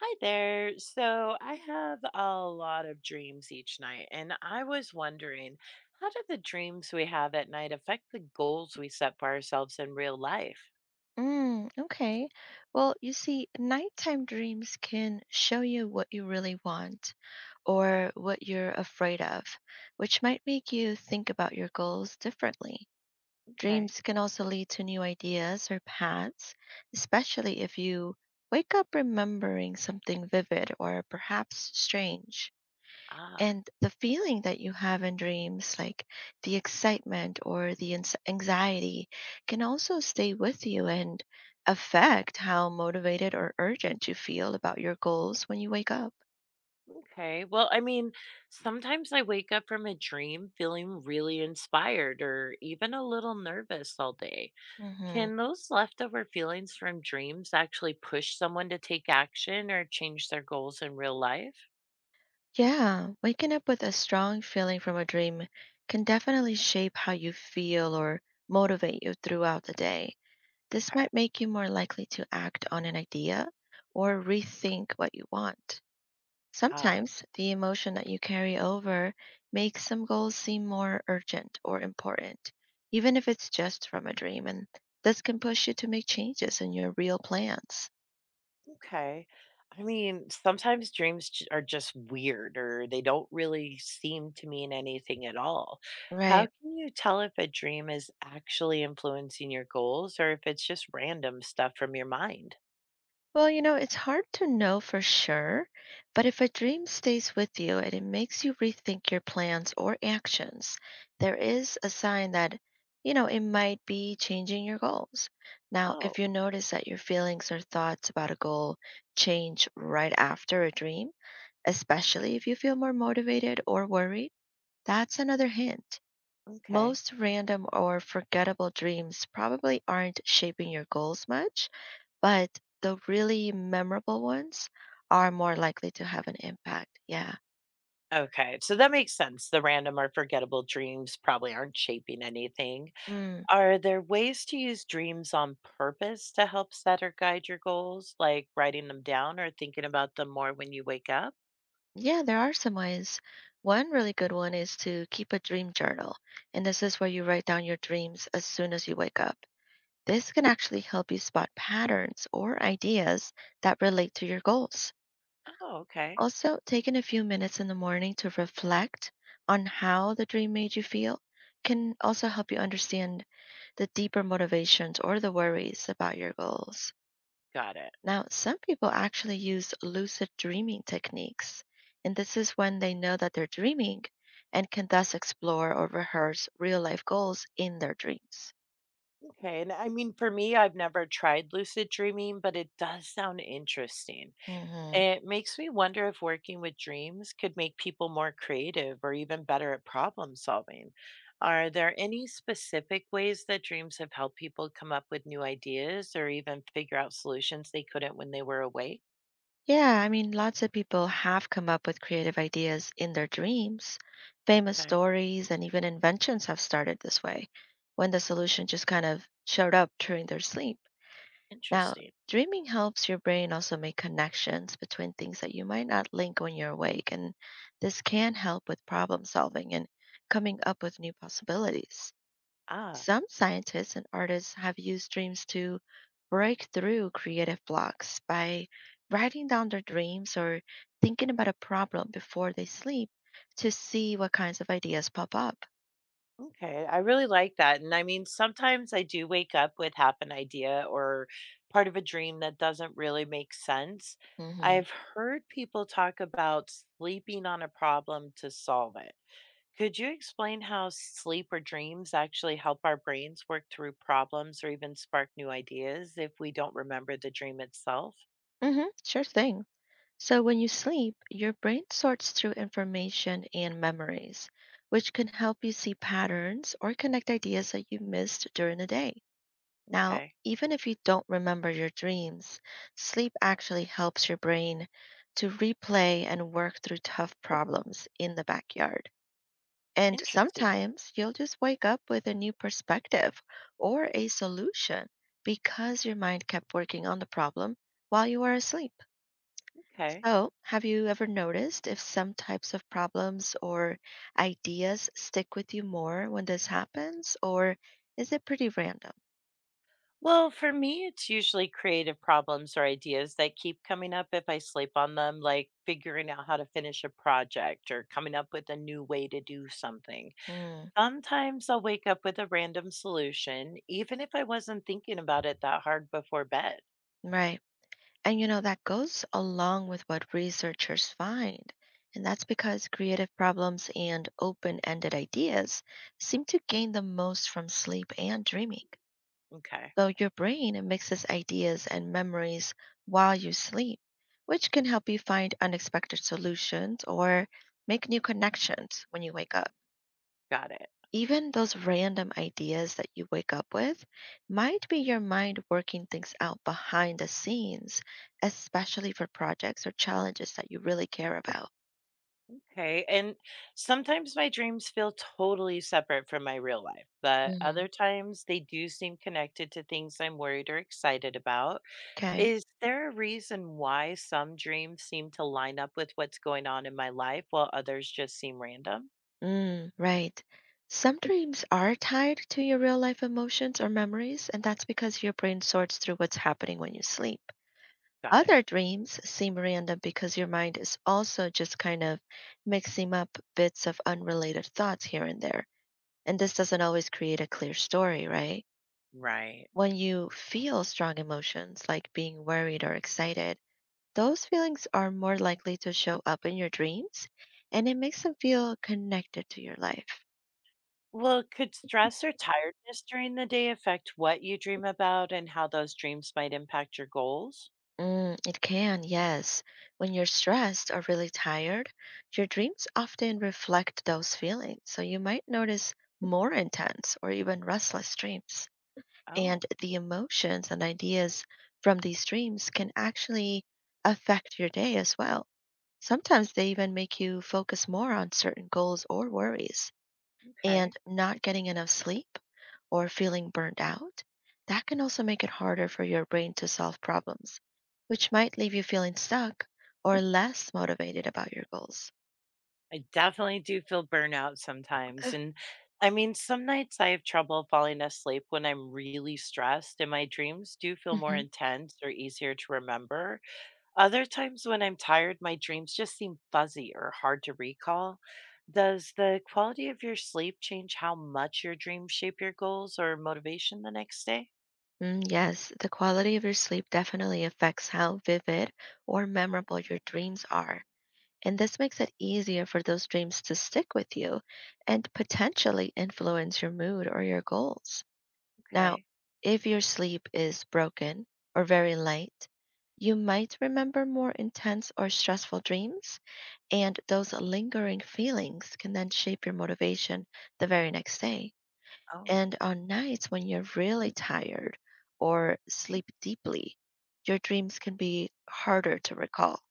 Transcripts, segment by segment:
Hi there. So I have a lot of dreams each night, and I was wondering, how do the dreams we have at night affect the goals we set for ourselves in real life? Mm, okay. Well, you see, nighttime dreams can show you what you really want or what you're afraid of, which might make you think about your goals differently. Okay. Dreams can also lead to new ideas or paths, especially if you wake up remembering something vivid or perhaps strange, Ah, and the feeling that you have in dreams, like the excitement or the anxiety, can also stay with you and affect how motivated or urgent you feel about your goals when you wake up. okay. Well, I mean, sometimes I wake up from a dream feeling really inspired or even a little nervous all day. Hmm. Can those leftover feelings from dreams actually push someone to take action or change their goals in real life? Yeah, waking up with a strong feeling from a dream can definitely shape how you feel or motivate you throughout the day. This Okay. might make you more likely to act on an idea or rethink what you want. Ah. Sometimes the emotion that you carry over makes some goals seem more urgent or important, even if it's just from a dream, and this can push you to make changes in your real plans. Okay. I mean, sometimes dreams are just weird or they don't really seem to mean anything at all. How Right. can you tell if a dream is actually influencing your goals or if it's just random stuff from your mind? Well, it's hard to know for sure, but if a dream stays with you and it makes you rethink your plans or actions, there is a sign that, it might be changing your goals. Now, if Oh, you notice that your feelings or thoughts about a goal change right after a dream, especially if you feel more motivated or worried, that's another hint. okay. Most random or forgettable dreams probably aren't shaping your goals much, but the really memorable ones are more likely to have an impact. Yeah. Okay, so that makes sense. The random or forgettable dreams probably aren't shaping anything. Mm. Are there ways to use dreams on purpose to help set or guide your goals, like writing them down or thinking about them more when you wake up? Yeah, there are some ways. One really good one is to keep a dream journal. And this is where you write down your dreams as soon as you wake up. This can actually help you spot patterns or ideas that relate to your goals. Oh, okay. Also, taking a few minutes in the morning to reflect on how the dream made you feel can also help you understand the deeper motivations or the worries about your goals. Got it. Now, some people actually use lucid dreaming techniques, and this is when they know that they're dreaming and can thus explore or rehearse real life goals in their dreams. Okay. And I mean, for me, I've never tried lucid dreaming, but it does sound interesting. Hmm. It makes me wonder if working with dreams could make people more creative or even better at problem solving. Are there any specific ways that dreams have helped people come up with new ideas or even figure out solutions they couldn't when they were awake? Yeah, I mean, lots of people have come up with creative ideas in their dreams. Famous Okay. stories and even inventions have started this way when the solution just kind of showed up during their sleep. Now, Interesting. dreaming helps your brain also make connections between things that you might not link when you're awake, and this can help with problem solving and coming up with new possibilities. Ah. Some scientists and artists have used dreams to break through creative blocks by writing down their dreams or thinking about a problem before they sleep to see what kinds of ideas pop up. Okay, I really like that. And I mean, sometimes I do wake up with half an idea or part of a dream that doesn't really make sense. Hmm. I've heard people talk about sleeping on a problem to solve it. Could you explain how sleep or dreams actually help our brains work through problems or even spark new ideas if we don't remember the dream itself? Hmm. Sure thing. So, when you sleep, your brain sorts through information and memories, which can help you see patterns or connect ideas that you missed during the day. Now, Okay, even if you don't remember your dreams, sleep actually helps your brain to replay and work through tough problems in the backyard. And interesting. sometimes you'll just wake up with a new perspective or a solution because your mind kept working on the problem while you were asleep. Okay. So, have you ever noticed if some types of problems or ideas stick with you more when this happens, or is it pretty random? Well, for me, it's usually creative problems or ideas that keep coming up if I sleep on them, like figuring out how to finish a project or coming up with a new way to do something. Mm, Sometimes I'll wake up with a random solution, even if I wasn't thinking about it that hard before bed. right. And that goes along with what researchers find. And that's because creative problems and open ended ideas seem to gain the most from sleep and dreaming. Okay, So your brain mixes ideas and memories while you sleep, which can help you find unexpected solutions or make new connections when you wake up. got it. Even those random ideas that you wake up with might be your mind working things out behind the scenes, especially for projects or challenges that you really care about. Okay. And sometimes my dreams feel totally separate from my real life, but Hmm. other times they do seem connected to things I'm worried or excited about. Okay. Is there a reason why some dreams seem to line up with what's going on in my life while others just seem random? Mm, right. Some dreams are tied to your real life emotions or memories, and that's because your brain sorts through what's happening when you sleep. Got it. Other dreams seem random because your mind is also just kind of mixing up bits of unrelated thoughts here and there. And this doesn't always create a clear story, right? Right. When you feel strong emotions like being worried or excited, those feelings are more likely to show up in your dreams, and it makes them feel connected to your life. Well, could stress or tiredness during the day affect what you dream about and how those dreams might impact your goals? Mm, it can, yes. When you're stressed or really tired, your dreams often reflect those feelings. So you might notice more intense or even restless dreams. And Oh, the emotions and ideas from these dreams can actually affect your day as well. Sometimes they even make you focus more on certain goals or worries. And okay. not getting enough sleep or feeling burned out, that can also make it harder for your brain to solve problems, which might leave you feeling stuck or less motivated about your goals. I definitely do feel burnout sometimes. And I mean, some nights I have trouble falling asleep when I'm really stressed, and my dreams do feel more Mhm. intense or easier to remember. Other times when I'm tired, my dreams just seem fuzzy or hard to recall. Does the quality of your sleep change how much your dreams shape your goals or motivation the next day? Mm, yes, the quality of your sleep definitely affects how vivid or memorable your dreams are. And this makes it easier for those dreams to stick with you and potentially influence your mood or your goals. Now, Okay. if your sleep is broken or very light, you might remember more intense or stressful dreams, and those lingering feelings can then shape your motivation the very next day. Oh. And on nights when you're really tired or sleep deeply, your dreams can be harder to recall.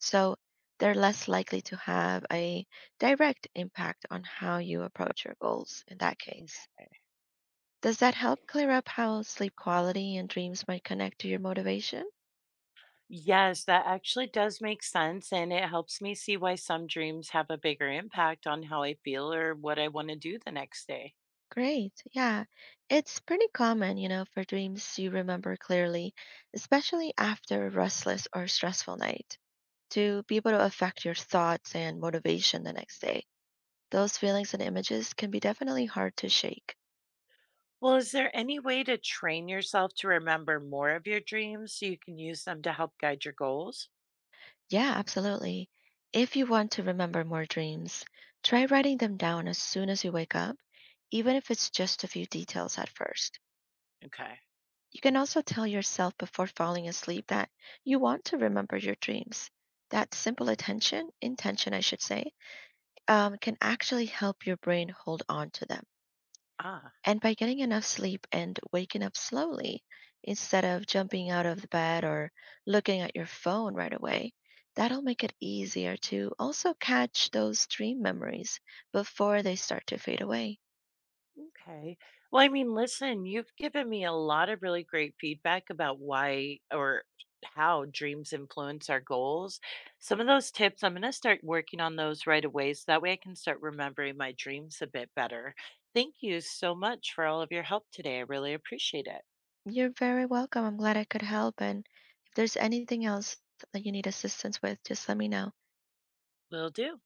So they're less likely to have a direct impact on how you approach your goals in that case. Does that help clear up how sleep quality and dreams might connect to your motivation? Yes, that actually does make sense. And it helps me see why some dreams have a bigger impact on how I feel or what I want to do the next day. Great. Yeah. It's pretty common, for dreams you remember clearly, especially after a restless or stressful night, to be able to affect your thoughts and motivation the next day. Those feelings and images can be definitely hard to shake. Well, is there any way to train yourself to remember more of your dreams so you can use them to help guide your goals? Yeah, absolutely. If you want to remember more dreams, try writing them down as soon as you wake up, even if it's just a few details at first. Okay. You can also tell yourself before falling asleep that you want to remember your dreams. That simple intention, I should say, can actually help your brain hold on to them. Ah. And by getting enough sleep and waking up slowly, instead of jumping out of the bed or looking at your phone right away, that'll make it easier to also catch those dream memories before they start to fade away. Okay. Well, I mean, listen, you've given me a lot of really great feedback about why or how dreams influence our goals. Some of those tips, I'm going to start working on those right away so that way I can start remembering my dreams a bit better. Thank you so much for all of your help today. I really appreciate it. You're very welcome. I'm glad I could help. And if there's anything else that you need assistance with, just let me know. Will do.